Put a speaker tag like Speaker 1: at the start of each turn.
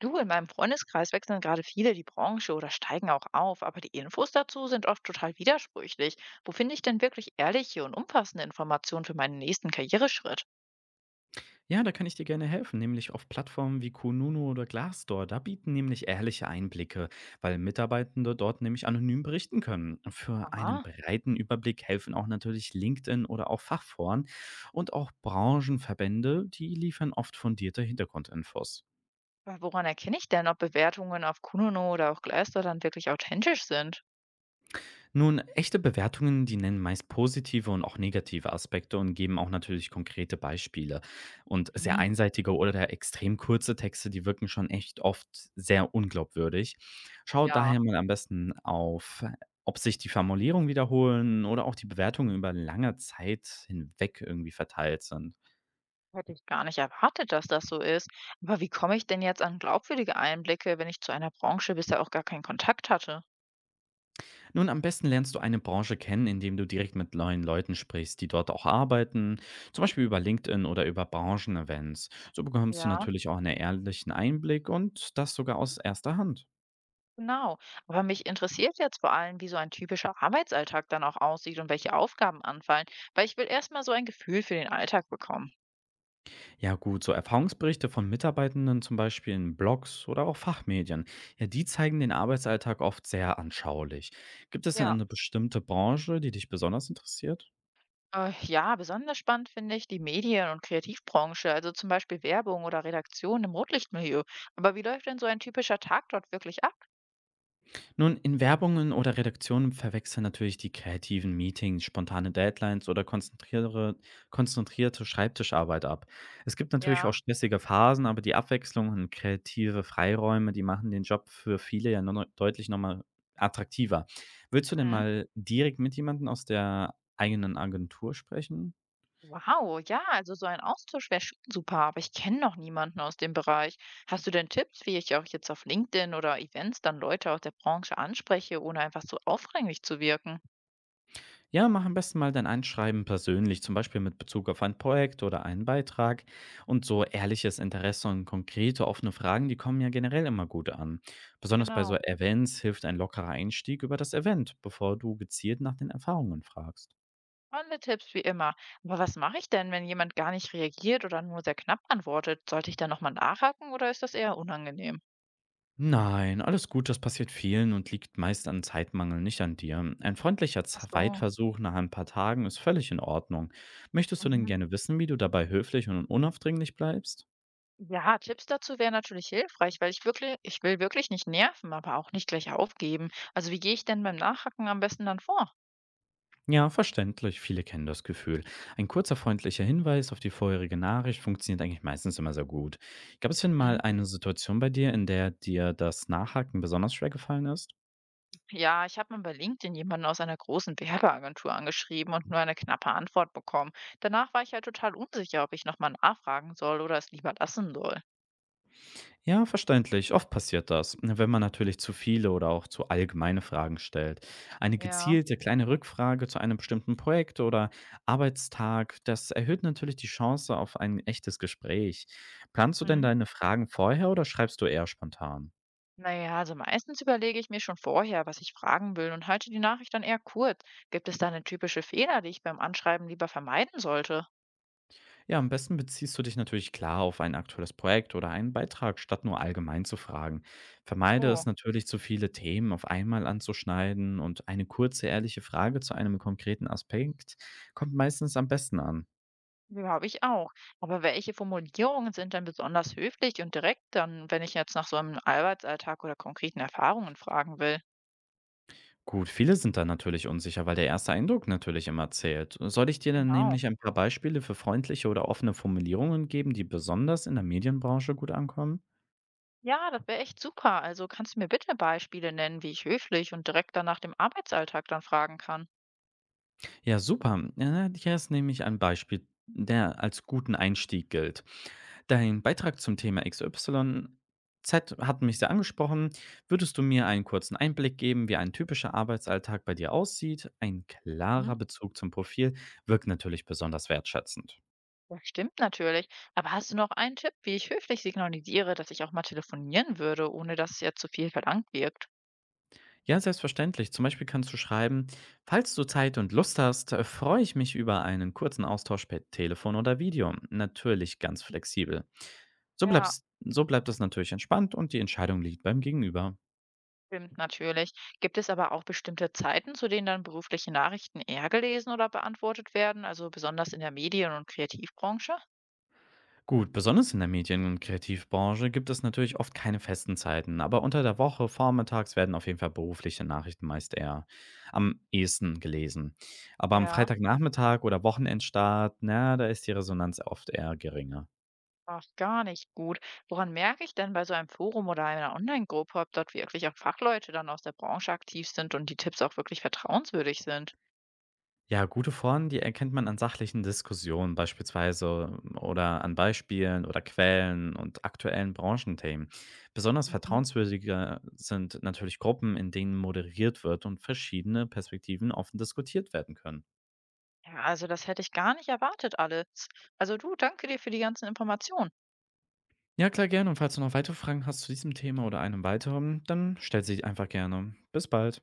Speaker 1: Du, in meinem Freundeskreis wechseln gerade viele die Branche oder steigen auch auf, aber die Infos dazu sind oft total widersprüchlich. Wo finde ich denn wirklich ehrliche und umfassende Informationen für meinen nächsten Karriereschritt?
Speaker 2: Ja, da kann ich dir gerne helfen, nämlich auf Plattformen wie Kununu oder Glassdoor. Da bieten nämlich ehrliche Einblicke, weil Mitarbeitende dort nämlich anonym berichten können. Für einen
Speaker 1: Aha.
Speaker 2: breiten Überblick helfen auch natürlich LinkedIn oder auch Fachforen und auch Branchenverbände, die liefern oft fundierte Hintergrundinfos.
Speaker 1: Aber woran erkenne ich denn, ob Bewertungen auf Kununu oder auch Glassdoor dann wirklich authentisch sind?
Speaker 2: Nun, echte Bewertungen, die nennen meist positive und auch negative Aspekte und geben auch natürlich konkrete Beispiele. Und sehr
Speaker 1: Hm.
Speaker 2: einseitige oder extrem kurze Texte, die wirken schon echt oft sehr unglaubwürdig. Schaut
Speaker 1: Ja,
Speaker 2: daher mal am besten auf, ob sich die Formulierung wiederholen oder auch die Bewertungen über lange Zeit hinweg irgendwie verteilt sind.
Speaker 1: hätte ich gar nicht erwartet, dass das so ist. Aber wie komme ich denn jetzt an glaubwürdige Einblicke, wenn ich zu einer Branche bisher auch gar keinen Kontakt hatte?
Speaker 2: Nun, am besten lernst du eine Branche kennen, indem du direkt mit neuen Leuten sprichst, die dort auch arbeiten, zum Beispiel über LinkedIn oder über Branchenevents. So bekommst du
Speaker 1: Ja.
Speaker 2: natürlich auch einen ehrlichen Einblick und das sogar aus erster Hand.
Speaker 1: Genau. Aber mich interessiert jetzt vor allem, wie so ein typischer Arbeitsalltag dann auch aussieht und welche Aufgaben anfallen, weil ich will erstmal so ein Gefühl für den Alltag bekommen.
Speaker 2: Ja gut, so Erfahrungsberichte von Mitarbeitenden zum Beispiel in Blogs oder auch Fachmedien, ja, die zeigen den Arbeitsalltag oft sehr anschaulich. Gibt es denn
Speaker 1: Ja,
Speaker 2: eine bestimmte Branche, die dich besonders interessiert?
Speaker 1: ja, besonders spannend finde ich die Medien- und Kreativbranche, also zum Beispiel Werbung oder Redaktion im Rotlichtmilieu. Aber wie läuft denn so ein typischer Tag dort wirklich ab?
Speaker 2: Nun, in Werbungen oder Redaktionen verwechseln natürlich die kreativen Meetings, spontane Deadlines oder konzentrierte Schreibtischarbeit ab. Es gibt natürlich
Speaker 1: Ja.
Speaker 2: auch stressige Phasen, aber die Abwechslung und kreative Freiräume, die machen den Job für viele ja noch, deutlich nochmal attraktiver. Willst du denn mal direkt mit jemandem aus der eigenen Agentur sprechen?
Speaker 1: Wow, ja, also so ein Austausch wäre schon super, aber ich kenne noch niemanden aus dem Bereich. Hast du denn Tipps, wie ich auch jetzt auf LinkedIn oder Events dann Leute aus der Branche anspreche, ohne einfach so aufdringlich zu wirken?
Speaker 2: Ja, mach am besten mal dein Einschreiben persönlich, zum Beispiel mit Bezug auf ein Projekt oder einen Beitrag. Und so ehrliches Interesse und konkrete offene Fragen, die kommen ja generell immer gut an. Besonders bei so
Speaker 1: Genau,
Speaker 2: Events hilft ein lockerer Einstieg über das Event, bevor du gezielt nach den Erfahrungen fragst.
Speaker 1: alle Tipps wie immer. Aber was mache ich denn, wenn jemand gar nicht reagiert oder nur sehr knapp antwortet? Sollte ich dann nochmal nachhaken oder ist das eher unangenehm?
Speaker 2: Nein, alles gut, das passiert vielen und liegt meist an Zeitmangel, nicht an dir. Ein freundlicher
Speaker 1: Ach so.
Speaker 2: Zweitversuch nach ein paar Tagen ist völlig in Ordnung. Möchtest du denn
Speaker 1: Mhm.
Speaker 2: gerne wissen, wie du dabei höflich und unaufdringlich bleibst?
Speaker 1: Ja, Tipps dazu wären natürlich hilfreich, weil ich will wirklich nicht nerven, aber auch nicht gleich aufgeben. Also wie gehe ich denn beim Nachhaken am besten dann vor?
Speaker 2: Ja, verständlich. Viele kennen das Gefühl. Ein kurzer freundlicher Hinweis auf die vorherige Nachricht funktioniert eigentlich meistens immer sehr gut. Gab es denn mal
Speaker 1: Mhm.
Speaker 2: eine Situation bei dir, in der dir das Nachhaken besonders schwer gefallen ist?
Speaker 1: Ja, ich habe mal bei LinkedIn jemanden aus einer großen Werbeagentur angeschrieben und nur eine knappe Antwort bekommen. Danach war ich halt total unsicher, ob ich nochmal nachfragen soll oder es lieber lassen soll.
Speaker 2: Ja, verständlich. Oft passiert das, wenn man natürlich zu viele oder auch zu allgemeine Fragen stellt. Eine
Speaker 1: Ja.
Speaker 2: gezielte kleine Rückfrage zu einem bestimmten Projekt oder Arbeitstag, das erhöht natürlich die Chance auf ein echtes Gespräch. Planst du denn
Speaker 1: Hm.
Speaker 2: deine Fragen vorher oder schreibst du eher spontan?
Speaker 1: Naja, also meistens überlege ich mir schon vorher, was ich fragen will, und halte die Nachricht dann eher kurz. Gibt es da eine typische Fehler, die ich beim Anschreiben lieber vermeiden sollte?
Speaker 2: Ja, am besten beziehst du dich natürlich klar auf ein aktuelles Projekt oder einen Beitrag, statt nur allgemein zu fragen. Vermeide es
Speaker 1: Oh,
Speaker 2: natürlich, zu viele Themen auf einmal anzuschneiden und eine kurze, ehrliche Frage zu einem konkreten Aspekt kommt meistens am besten an.
Speaker 1: glaube ich auch. Aber welche Formulierungen sind dann besonders höflich und direkt dann, wenn ich jetzt nach so einem Arbeitsalltag oder konkreten Erfahrungen fragen will?
Speaker 2: Gut, viele sind da natürlich unsicher, weil der erste Eindruck natürlich immer zählt. Soll ich dir dann
Speaker 1: Genau.
Speaker 2: nämlich ein paar Beispiele für freundliche oder offene Formulierungen geben, die besonders in der Medienbranche gut ankommen?
Speaker 1: Ja, das wäre echt super. Also kannst du mir bitte Beispiele nennen, wie ich höflich und direkt dann nach dem Arbeitsalltag dann fragen kann?
Speaker 2: Ja, super. Ja, da hätte ich nämlich ein Beispiel, der als guten Einstieg gilt. Dein Beitrag zum Thema XYZ hat mich sehr angesprochen. Würdest du mir einen kurzen Einblick geben, wie ein typischer Arbeitsalltag bei dir aussieht? Ein klarer
Speaker 1: Mhm.
Speaker 2: Bezug zum Profil wirkt natürlich besonders wertschätzend.
Speaker 1: Das stimmt natürlich. Aber hast du noch einen Tipp, wie ich höflich signalisiere, dass ich auch mal telefonieren würde, ohne dass es jetzt zu viel verlangt wirkt?
Speaker 2: Ja, selbstverständlich. Zum Beispiel kannst du schreiben, falls du Zeit und Lust hast, freue ich mich über einen kurzen Austausch per Telefon oder Video. Natürlich ganz flexibel. So
Speaker 1: Ja,
Speaker 2: bleibst so bleibt es natürlich entspannt und die Entscheidung liegt beim Gegenüber.
Speaker 1: stimmt natürlich. Gibt es aber auch bestimmte Zeiten, zu denen dann berufliche Nachrichten eher gelesen oder beantwortet werden, also besonders in der Medien- und Kreativbranche?
Speaker 2: Gut, besonders in der Medien- und Kreativbranche gibt es natürlich oft keine festen Zeiten, aber unter der Woche vormittags werden auf jeden Fall berufliche Nachrichten meist eher am ehesten gelesen. Aber am
Speaker 1: Ja.
Speaker 2: Freitagnachmittag oder Wochenendstart, na, da ist die Resonanz oft eher geringer.
Speaker 1: Ach, gar nicht gut. Woran merke ich denn bei so einem Forum oder einer Online-Gruppe, ob dort wirklich auch Fachleute dann aus der Branche aktiv sind und die Tipps auch wirklich vertrauenswürdig sind?
Speaker 2: Ja, gute Formen, die erkennt man an sachlichen Diskussionen beispielsweise oder an Beispielen oder Quellen und aktuellen Branchenthemen. Besonders
Speaker 1: Mhm.
Speaker 2: vertrauenswürdiger sind natürlich Gruppen, in denen moderiert wird und verschiedene Perspektiven offen diskutiert werden können.
Speaker 1: Ja, also das hätte ich gar nicht erwartet alles. Also du, danke dir für die ganzen Informationen.
Speaker 2: Ja, klar, gerne. Und falls du noch weitere Fragen hast zu diesem Thema oder einem weiteren, dann stell sie einfach gerne. Bis bald.